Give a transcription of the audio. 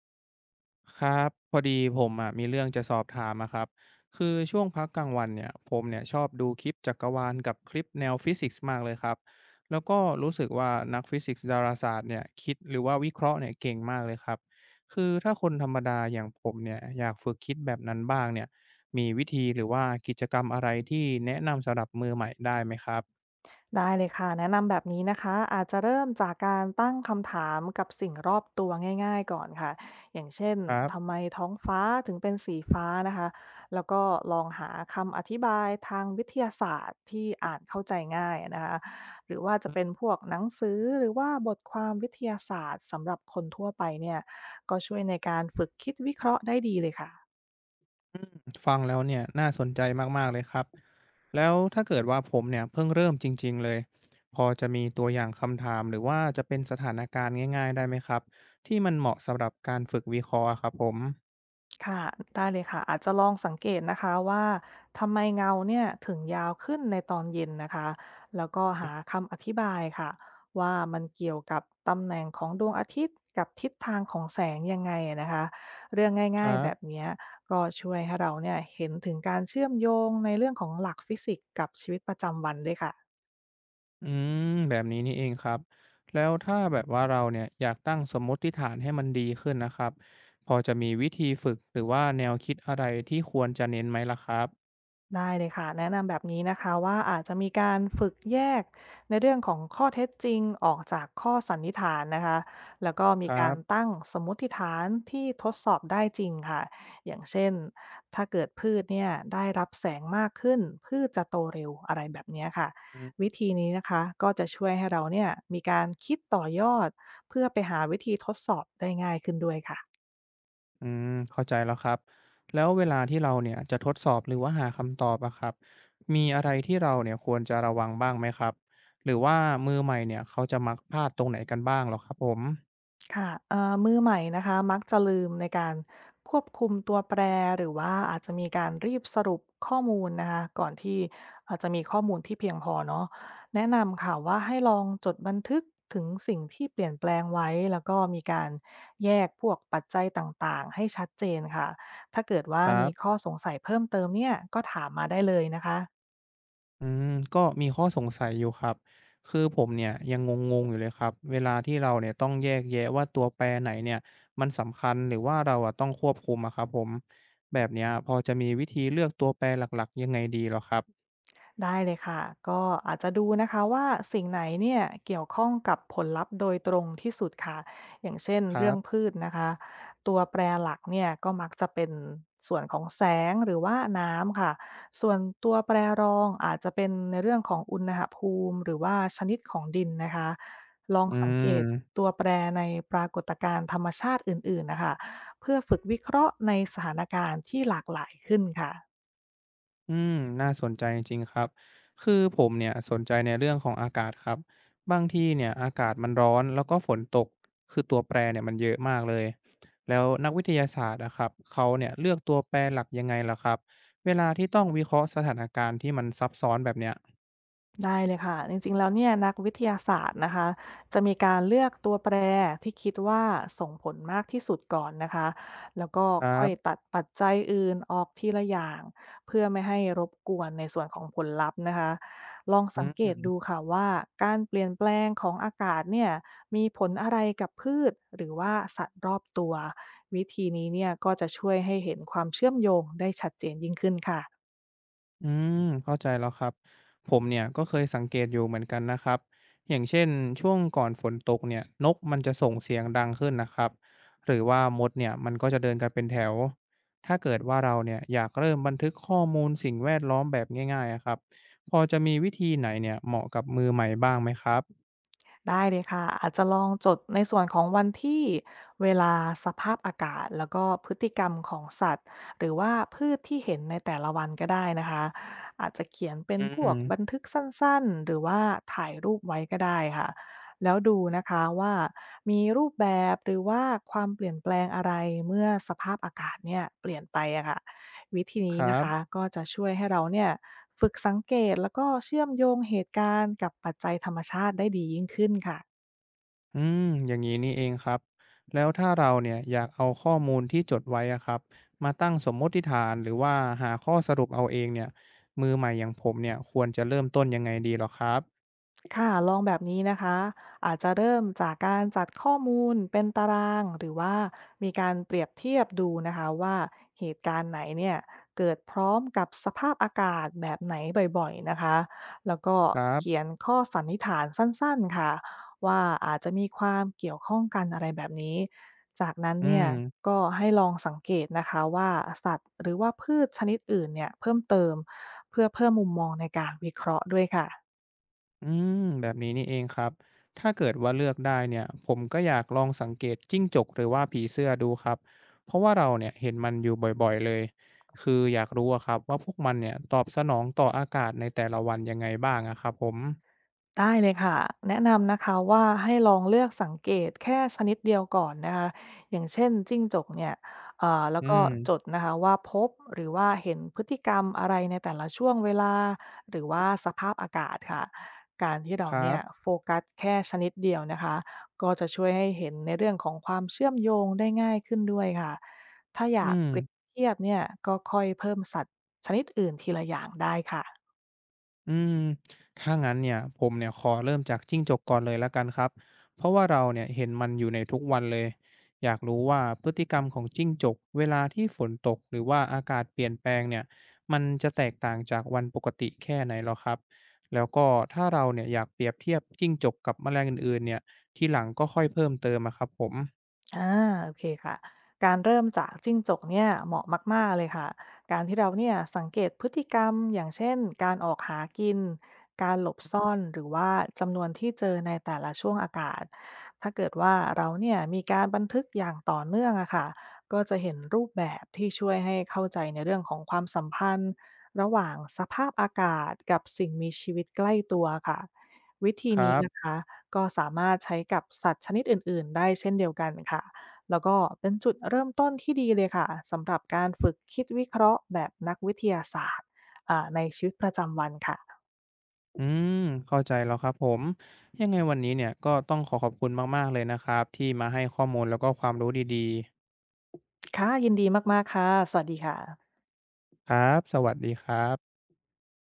ครับพอดีผมอ่ะมีเรื่องจะสอบถามอะครับคือช่วงพักกลางวันเนี่ยผมเนี่ยชอบดูคลิปจักรวาลกับคลิปแนวฟิสิกส์มากเลยครับแล้วก็รู้สึกว่านักฟิสิกส์ดาราศาสตร์เนี่ยคิดหรือว่าวิเคราะห์เนี่ยเก่งมากเลยครับคือถ้าคนธรรมดาอย่างผมเนี่ยอยากฝึกคิดแบบนั้นบ้างเนี่ยมีวิธีหรือว่ากิจกรรมอะไรที่แนะนำสำหรับมือใหม่ได้ไหมครับได้เลยค่ะแนะนำแบบนี้นะคะอาจจะเริ่มจากการตั้งคำถามกับสิ่งรอบตัวง่ายๆก่อนค่ะอย่างเช่นครัทำบไมท้องฟ้าถึงเป็นสีฟ้านะคะแล้วก็ลองหาคำอธิบายทางวิทยาศาสตร์ที่อ่านเข้าใจง่ายนะคะหรือว่าจะเป็นพวกหนังสือหรือว่าบทความวิทยาศาสตร์สำหรับคนทั่วไปเนี่ยก็ช่วยในการฝึกคิดวิเคราะห์ได้ดีเลยค่ะ อืมฟังแล้วเนี่ยน่าสนใจมากๆเลยครับ แล้วถ้าเกิดว่าผมเนี่ยเพิ่งเริ่มจริงๆเลยพอจะมีตัวอย่างคำถามหรือว่าจะเป็นสถานการณ์ง่ายๆได้ไหมครับที่มันเหมาะสำหรับการฝึกวิเคราะห์อะครับผมค่ะได้เลยค่ะ อาจจะลองสังเกตนะคะว่าทำไมเงาเนี่ยถึงยาวขึ้นในตอนเย็นนะคะแล้วก็อืมหาคำอธิบายค่ะว่ามันเกี่ยวกับตำแหน่งของดวงอาทิตย์กับทิศทางของแสงยังไงนะคะเรื่องคง่ายรัๆแบบบเนี้ยก็ช่วยให้เราเนี่ยเห็นถึงการเชื่อมโยงในเรื่องของหลักฟิสิกส์กับชีวิตประจำวันด้วยค่ะ อืมแบบนี้นี่เองครับแล้วถ้าแบบว่าเราเนี่ยอยากตั้งสมมติฐานให้มันดีขึ้นนะครับพอจะมีวิธีฝึกหรือว่าแนวคิดอะไรที่ควรจะเน้นไหมล่ะครับได้เลยค่ะแนะนำแบบนี้นะคะว่าอาจจะมีการฝึกแยกในเรื่องของข้อเท็จจริงออกจากข้อสันนิษฐานนะคะแล้วก็คมีรัการบ ตั้งสมมติฐานที่ทดสอบได้จริงค่ะอย่างเช่นถ้าเกิดพืชเนี่ยได้รับแสงมากขึ้นพืชจะโตเร็วอะไรแบบเนี้ยค่ะวิธีนี้นะคะก็จะช่วยให้เราเนี่ยมีการคิดต่อยอดเพื่อไปหาวิธีทดสอบได้ง่ายขึ้นด้วยค่ะ อืมเข้าใจแล้วครับแล้วเวลาที่เราเนี่ยจะทดสอบหรือว่าหาคำตอบอะครับมีอะไรที่เราเนี่ยควรจะระวังบ้างไหมครับหรือว่ามือใหม่เนี่ยเขาจะมักพลาดตรงไหนกันบ้างเหรอครับผมค่ะมือใหม่นะคะมักจะลืมในการควบคุมตัวแปรหรือว่าอาจจะมีการรีบสรุปข้อมูลนะคะก่อนที่อาจจะมีข้อมูลที่เพียงพอเนาะแนะนำค่ะว่าให้ลองจดบันทึกถึงสิ่งที่เปลี่ยนแปลงไว้แล้วก็มีการแยกพวกปัจจัยต่างๆให้ชัดเจนค่ะถ้าเกิดว่าครัมีบข้อสงสัยเพิ่มเติมเนี่ยก็ถามมาได้เลยนะคะ อืมก็มีข้อสงสัยอยู่ครับคือผมเนี่ยยังงงๆอยู่เลยครับเวลาที่เราเนี่ยต้องแยกแยะว่าตัวแปรไหนเนี่ยมันสำคัญหรือว่าเราอะต้องควบคุมอะครับผมแบบเนี้ยพอจะมีวิธีเลือกตัวแปรหลักๆยังไงดีเหรอครับได้เลยค่ะ ก็อาจจะดูนะคะว่าสิ่งไหนเนี่ยเกี่ยวข้องกับผลลัพธ์โดยตรงที่สุดค่ะอย่างเช่นครัเรื่อบงพืชนะคะ ตัวแปรหลักเนี่ยก็มักจะเป็นส่วนของแสงหรือว่าน้ำค่ะส่วนตัวแปรรองอาจจะเป็นในเรื่องของอุณหภูมิหรือว่าชนิดของดินนะคะ ลองอืสังเกตม ตัวแปรในปรากฏการณ์ธรรมชาติอื่นๆนะคะเพื่อฝึกวิเคราะห์ในสถานการณ์ที่หลากหลายขึ้นค่ะ อืมน่าสนใจจริงๆครับ คือผมเนี่ยสนใจในเรื่องของอากาศครับบางที่เนี่ยอากาศมันร้อนแล้วก็ฝนตกคือตัวแปรเนี่ยมันเยอะมากเลย แล้วนักวิทยาศาสตร์นะครับเขาเนี่ยเลือกตัวแปรหลักยังไงล่ะครับเวลาที่ต้องวิเคราะห์สถานการณ์ที่มันซับซ้อนแบบเนี้ยได้เลยค่ะจริงๆแล้วเนี่ยนักวิทยาศาสตร์นะคะจะมีการเลือกตัวแปรที่คิดว่าส่งผลมากที่สุดก่อนนะคะแล้วก็ครัค่อยบตัดปัจจัยอื่นออกทีละอย่างเพื่อไม่ให้รบกวนในส่วนของผลลัพธ์นะคะลองอืสังเกตดูม ค่ะว่าการเปลี่ยนแปลงของอากาศเนี่ยมีผลอะไรกับพืชหรือว่าสัตว์รอบตัววิธีนี้เนี่ยก็จะช่วยให้เห็นความเชื่อมโยงได้ชัดเจนยิ่งขึ้นค่ะ อืมเข้าใจแล้วครับผมเนี่ยก็เคยสังเกตอยู่เหมือนกันนะครับอย่างเช่นช่วงก่อนฝนตกเนี่ยนกมันจะส่งเสียงดังขึ้นนะครับหรือว่ามดเนี่ยมันก็จะเดินกันเป็นแถวถ้าเกิดว่าเราเนี่ยอยากเริ่มบันทึกข้อมูลสิ่งแวดล้อมแบบง่ายๆอะครับพอจะมีวิธีไหนเนี่ยเหมาะกับมือใหม่บ้างไหมครับได้เลยค่ะอาจจะลองจดในส่วนของวันที่เวลาสภาพอากาศแล้วก็พฤติกรรมของสัตว์หรือว่าพืชที่เห็นในแต่ละวันก็ได้นะคะอาจจะเขียนเป็นอืพวมกบันทึกสั้นๆหรือว่าถ่ายรูปไว้ก็ได้ค่ะแล้วดูนะคะว่ามีรูปแบบหรือว่าความเปลี่ยนแปลงอะไรเมื่อสภาพอากาศเนี่ยเปลี่ยนไปอะค่ะ วิธีคนี้รันะบ คะก็จะช่วยให้เราเนี่ยฝึกสังเกตแล้วก็เชื่อมโยงเหตุการณ์กับปัจจัยธรรมชาติได้ดียิ่งขึ้นค่ะ อืมอย่างนี้นี่เองครับแล้วถ้าเราเนี่ยอยากเอาข้อมูลที่จดไว้อะครับมาตั้งสมมติฐานหรือว่าหาข้อสรุปเอาเองเนี่ยมือใหม่อย่างผมเนี่ยควรจะเริ่มต้นยังไงดีหรอครับค่ะลองแบบนี้นะคะอาจจะเริ่มจากการจัดข้อมูลเป็นตาราง หรือว่ามีการเปรียบเทียบดูนะคะว่าเหตุการณ์ไหนเนี่ยเกิดพร้อมกับสภาพอากาศแบบไหนบ่อยๆนะคะแล้วก็ครัเขียบนข้อสันนิษฐานสั้นๆค่ะว่าอาจจะมีความเกี่ยวข้องกันอะไรแบบนี้จากนั้นอืเนี่มยก็ให้ลองสังเกตนะคะว่าสัตว์หรือว่าพืชชนิดอื่นเนี่ยเพิ่มเติมเพื่อเพิ่มมุมมองในการวิเคราะห์ด้วยค่ะ อืมแบบนี้นี่เองครับถ้าเกิดว่าเลือกได้เนี่ยผมก็อยากลองสังเกตจิ้งจกหรือว่าผีเสื้อดูครับเพราะว่าเราเนี่ยเห็นมันอยู่บ่อยๆเลยคืออยากรู้อะครับว่าพวกมันเนี่ยตอบสนองต่ออากาศในแต่ละวันยังไงบ้างอะครับผมได้เลยค่ะแนะนำนะคะว่าให้ลองเลือกสังเกตแค่ชนิดเดียวก่อนนะคะอย่างเช่นจิ้งจกเนี่ยแล้อืวก็มจดนะคะว่าพบหรือว่าเห็นพฤติกรรมอะไรในแต่ละช่วงเวลาหรือว่าสภาพอากาศค่ะการที่เราครัเนี่ยบ โฟกัสแค่ชนิดเดียวนะคะก็จะช่วยให้เห็นในเรื่องของความเชื่อมโยงได้ง่ายขึ้นด้วยค่ะถ้าออืยากเปรียบมเทียบเนี่ยก็ค่อยเพิ่มสัตว์ชนิดอื่นทีละอย่างได้ค่ะ อืมถ้างั้นเนี่ยผมเนี่ยขอเริ่มจากจิ้งจกก่อนเลยละกันครับเพราะว่าเราเนี่ยเห็นมันอยู่ในทุกวันเลยอยากรู้ว่าพฤติกรรมของจิ้งจกเวลาที่ฝนตกหรือว่าอากาศเปลี่ยนแปลงเนี่ยมันจะแตกต่างจากวันปกติแค่ไหนหรอครับแล้วก็ถ้าเราเนี่ยอยากเปรียบเทียบจิ้งจกกับแมลงอื่นๆเนี่ยทีหลังก็ค่อยเพิ่มเติมอะครับผมอาโอเคค่ะการเริ่มจากจิ้งจกเนี่ยเหมาะมากๆเลยค่ะการที่เราเนี่ยสังเกตพฤติกรรมอย่างเช่นการออกหากินการหลบซ่อนหรือว่าจำนวนที่เจอในแต่ละช่วงอากาศถ้าเกิดว่าเราเนี่ยมีการบันทึกอย่างต่อเนื่องอะค่ะก็จะเห็นรูปแบบที่ช่วยให้เข้าใจในเรื่องของความสัมพันธ์ระหว่างสภาพอากาศกับสิ่งมีชีวิตใกล้ตัวค่ะวิธีครันี้บ นะคะ ก็สามารถใช้กับสัตว์ชนิดอื่น ๆ ได้เช่นเดียวกันค่ะ แล้วก็เป็นจุดเริ่มต้นที่ดีเลยค่ะสำหรับการฝึกคิดวิเคราะห์แบบนักวิทยาศาสตร์ในชีวิตประจำวันค่ะ อืมเข้าใจแล้วครับผมยังไงวันนี้เนี่ยก็ต้องขอขอบคุณมากๆเลยนะครับที่มาให้ข้อมูลแล้วก็ความรู้ดีค่ะยินดีมาก ๆ ค่ะ สวัสดีค่ะๆครับสวัสดีครับ